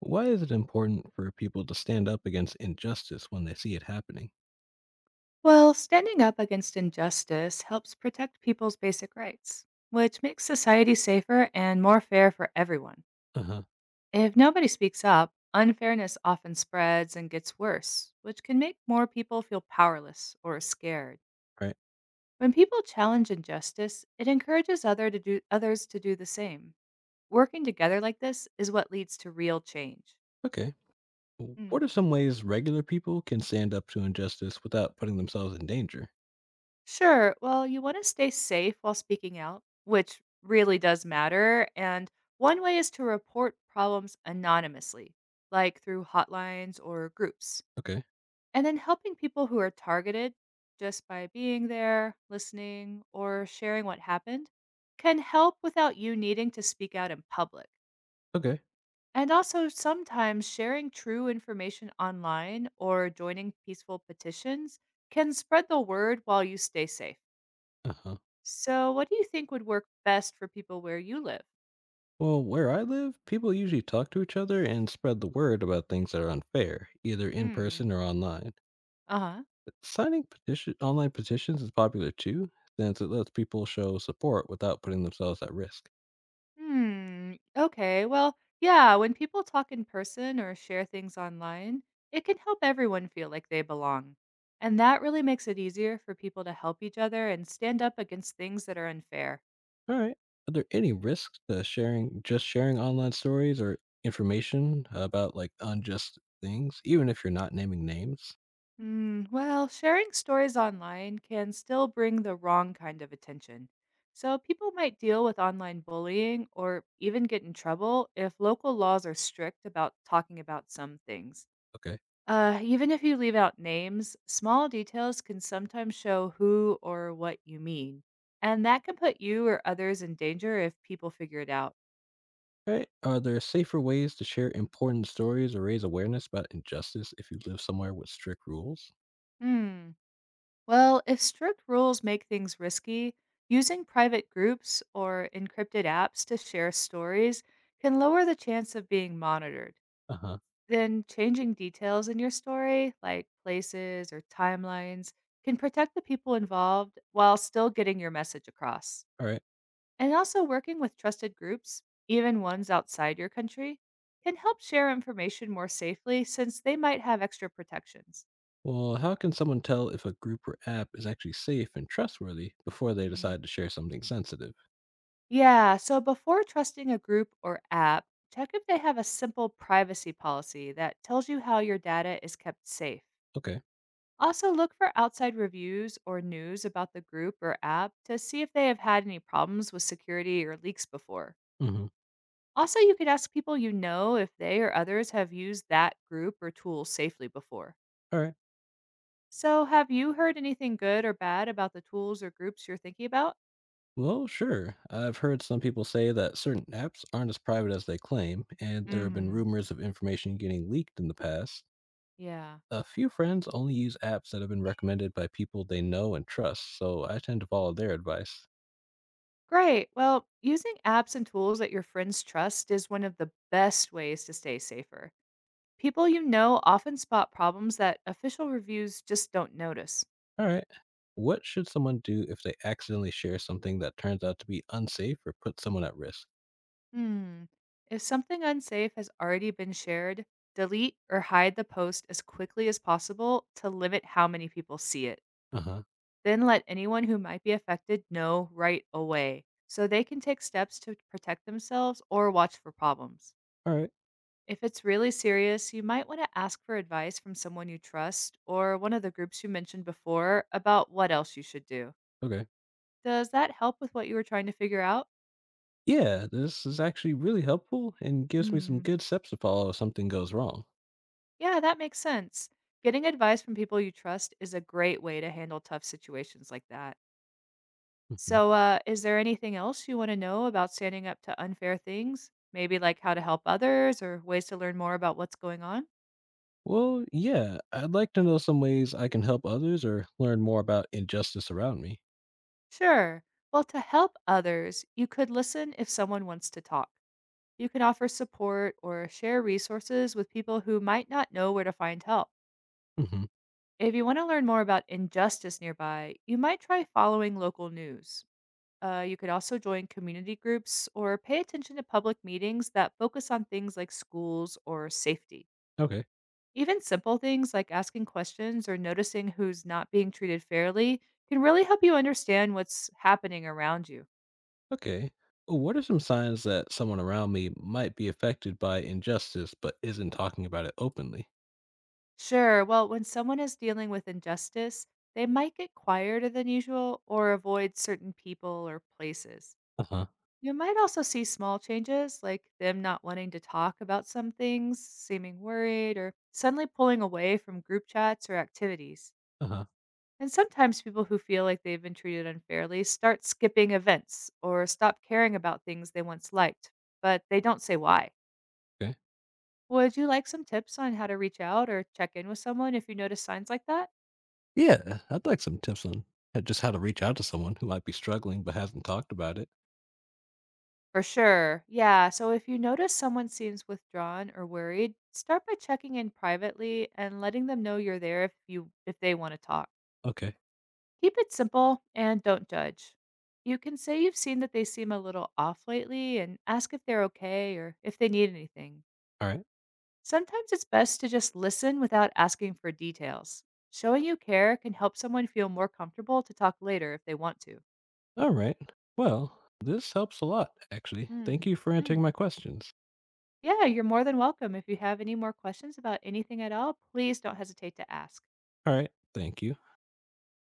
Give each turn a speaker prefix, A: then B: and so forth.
A: Why is it important for people to stand up against injustice when they see it happening?
B: Well, standing up against injustice helps protect people's basic rights, which makes society safer and more fair for everyone.
A: Uh huh.
B: If nobody speaks up, unfairness often spreads and gets worse, which can make more people feel powerless or scared.
A: Right.
B: When people challenge injustice, it encourages others to do the same. Working together like this is what leads to real change.
A: Okay.
B: Hmm.
A: What are some ways regular people can stand up to injustice without putting themselves in danger?
B: Sure. Well, you want to stay safe while speaking out, which really does matter. And one way is to report problems anonymously, like through hotlines or groups,
A: Okay.
B: and then helping people who are targeted just by being there, listening, or sharing what happened can help without you needing to speak out in public.
A: Okay.
B: And also, sometimes sharing true information online or joining peaceful petitions can spread the word while you stay safe.
A: Uh huh.
B: So, what do you think would work best for people where you live?
A: Well, where I live, people usually talk to each other and spread the word about things that are unfair, either in
B: Hmm.
A: person or online.
B: Uh-huh.
A: But Signing petition online petitions is popular too, since it lets people show support without putting themselves at risk.
B: Hmm. Okay. Well, yeah, when people talk in person or share things online, it can help everyone feel like they belong. And that really makes it easier for people to help each other and stand up against things that are unfair.
A: All right. Are there any risks to sharing just sharing online stories or information about like unjust things, even if you're not naming names?
B: Well, sharing stories online can still bring the wrong kind of attention. So people might deal with online bullying or even get in trouble if local laws are strict about talking about some things.
A: Okay.
B: Even if you leave out names, small details can sometimes show who or what you mean. And that can put you or others in danger if people figure it out.
A: All right. Are there safer ways to share important stories or raise awareness about injustice if you live somewhere with strict rules?
B: Hmm. Well, if strict rules make things risky, using private groups or encrypted apps to share stories can lower the chance of being monitored.
A: Uh huh.
B: Then, changing details in your story, like places or timelines, can protect the people involved while still getting your message across.
A: All right.
B: And also, working with trusted groups, even ones outside your country, can help share information more safely since they might have extra protections.
A: Well, how can someone tell if a group or app is actually safe and trustworthy before they
B: Hmm.
A: decide to share something sensitive?
B: Yeah, so before trusting a group or app, check if they have a simple privacy policy that tells you how your data is kept safe.
A: Okay.
B: Also, look for outside reviews or news about the group or app to see if they have had any problems with security or leaks before.
A: Mm-hmm.
B: Also, you could ask people you know if they or others have used that group or tool safely before.
A: All right.
B: So, have you heard anything good or bad about the tools or groups you're thinking about?
A: Well, sure. I've heard some people say that certain apps aren't as private as they claim, and there have been
B: Mhm.
A: rumors of information getting leaked in the past.
B: Yeah.
A: A few friends only use apps that have been recommended by people they know and trust, so I tend to follow their advice.
B: Great. Well, using apps and tools that your friends trust is one of the best ways to stay safer. People you know often spot problems that official reviews just don't notice.
A: All right. What should someone do if they accidentally share something that turns out to be unsafe or put someone at risk?
B: Hmm. If something unsafe has already been shared, delete or hide the post as quickly as possible to limit how many people see it.
A: Uh huh.
B: Then let anyone who might be affected know right away so they can take steps to protect themselves or watch for problems.
A: All right.
B: If it's really serious, you might want to ask for advice from someone you trust or one of the groups you mentioned before about what else you should do.
A: Okay.
B: Does that help with what you were trying to figure out?
A: Yeah, this is actually really helpful and gives me some
B: Mm,
A: good steps to follow if something goes wrong.
B: yeah, that makes sense. Getting advice from people you trust is a great way to handle tough situations like that.
A: Mm-hmm.
B: So, is there anything else you want to know about standing up to unfair things? Maybe like how to help others or ways to learn more about what's going on?
A: Well, yeah, I'd like to know some ways I can help others or learn more about injustice around me.
B: Sure. Well, to help others, you could listen if someone wants to talk. You can offer support or share resources with people who might not know where to find help.
A: Hmm.
B: If you want to learn more about injustice nearby, you might try following local news. You could also join community groups or pay attention to public meetings that focus on things like schools or safety.
A: Okay.
B: Even simple things like asking questions or noticing who's not being treated fairly can really help you understand what's happening around you.
A: Okay. What are some signs that someone around me might be affected by injustice but isn't talking about it openly?
B: Sure. Well, when someone is dealing with injustice, they might get quieter than usual or avoid certain people or places.
A: Uh huh.
B: You might also see small changes, like them not wanting to talk about some things, seeming worried, or suddenly pulling away from group chats or activities.
A: Uh huh.
B: And sometimes people who feel like they've been treated unfairly start skipping events or stop caring about things they once liked, but they don't say why.
A: Okay.
B: Would you like some tips on how to reach out or check in with someone if you notice signs like that?
A: Yeah, I'd like some tips on just how to reach out to someone who might be struggling but hasn't talked about it.
B: For sure. Yeah. So if you notice someone seems withdrawn or worried, start by checking in privately and letting them know you're there if they want to talk.
A: Okay.
B: Keep it simple and don't judge. You can say you've seen that they seem a little off lately and ask if they're okay or if they need anything.
A: All right.
B: Sometimes it's best to just listen without asking for details. Showing you care can help someone feel more comfortable to talk later if they want to.
A: All right. Well, this helps a lot, actually. Thank
B: Hmm.
A: you for answering my questions.
B: Yeah, you're more than welcome. If you have any more questions about anything at all, please don't hesitate to ask.
A: All right. Thank you.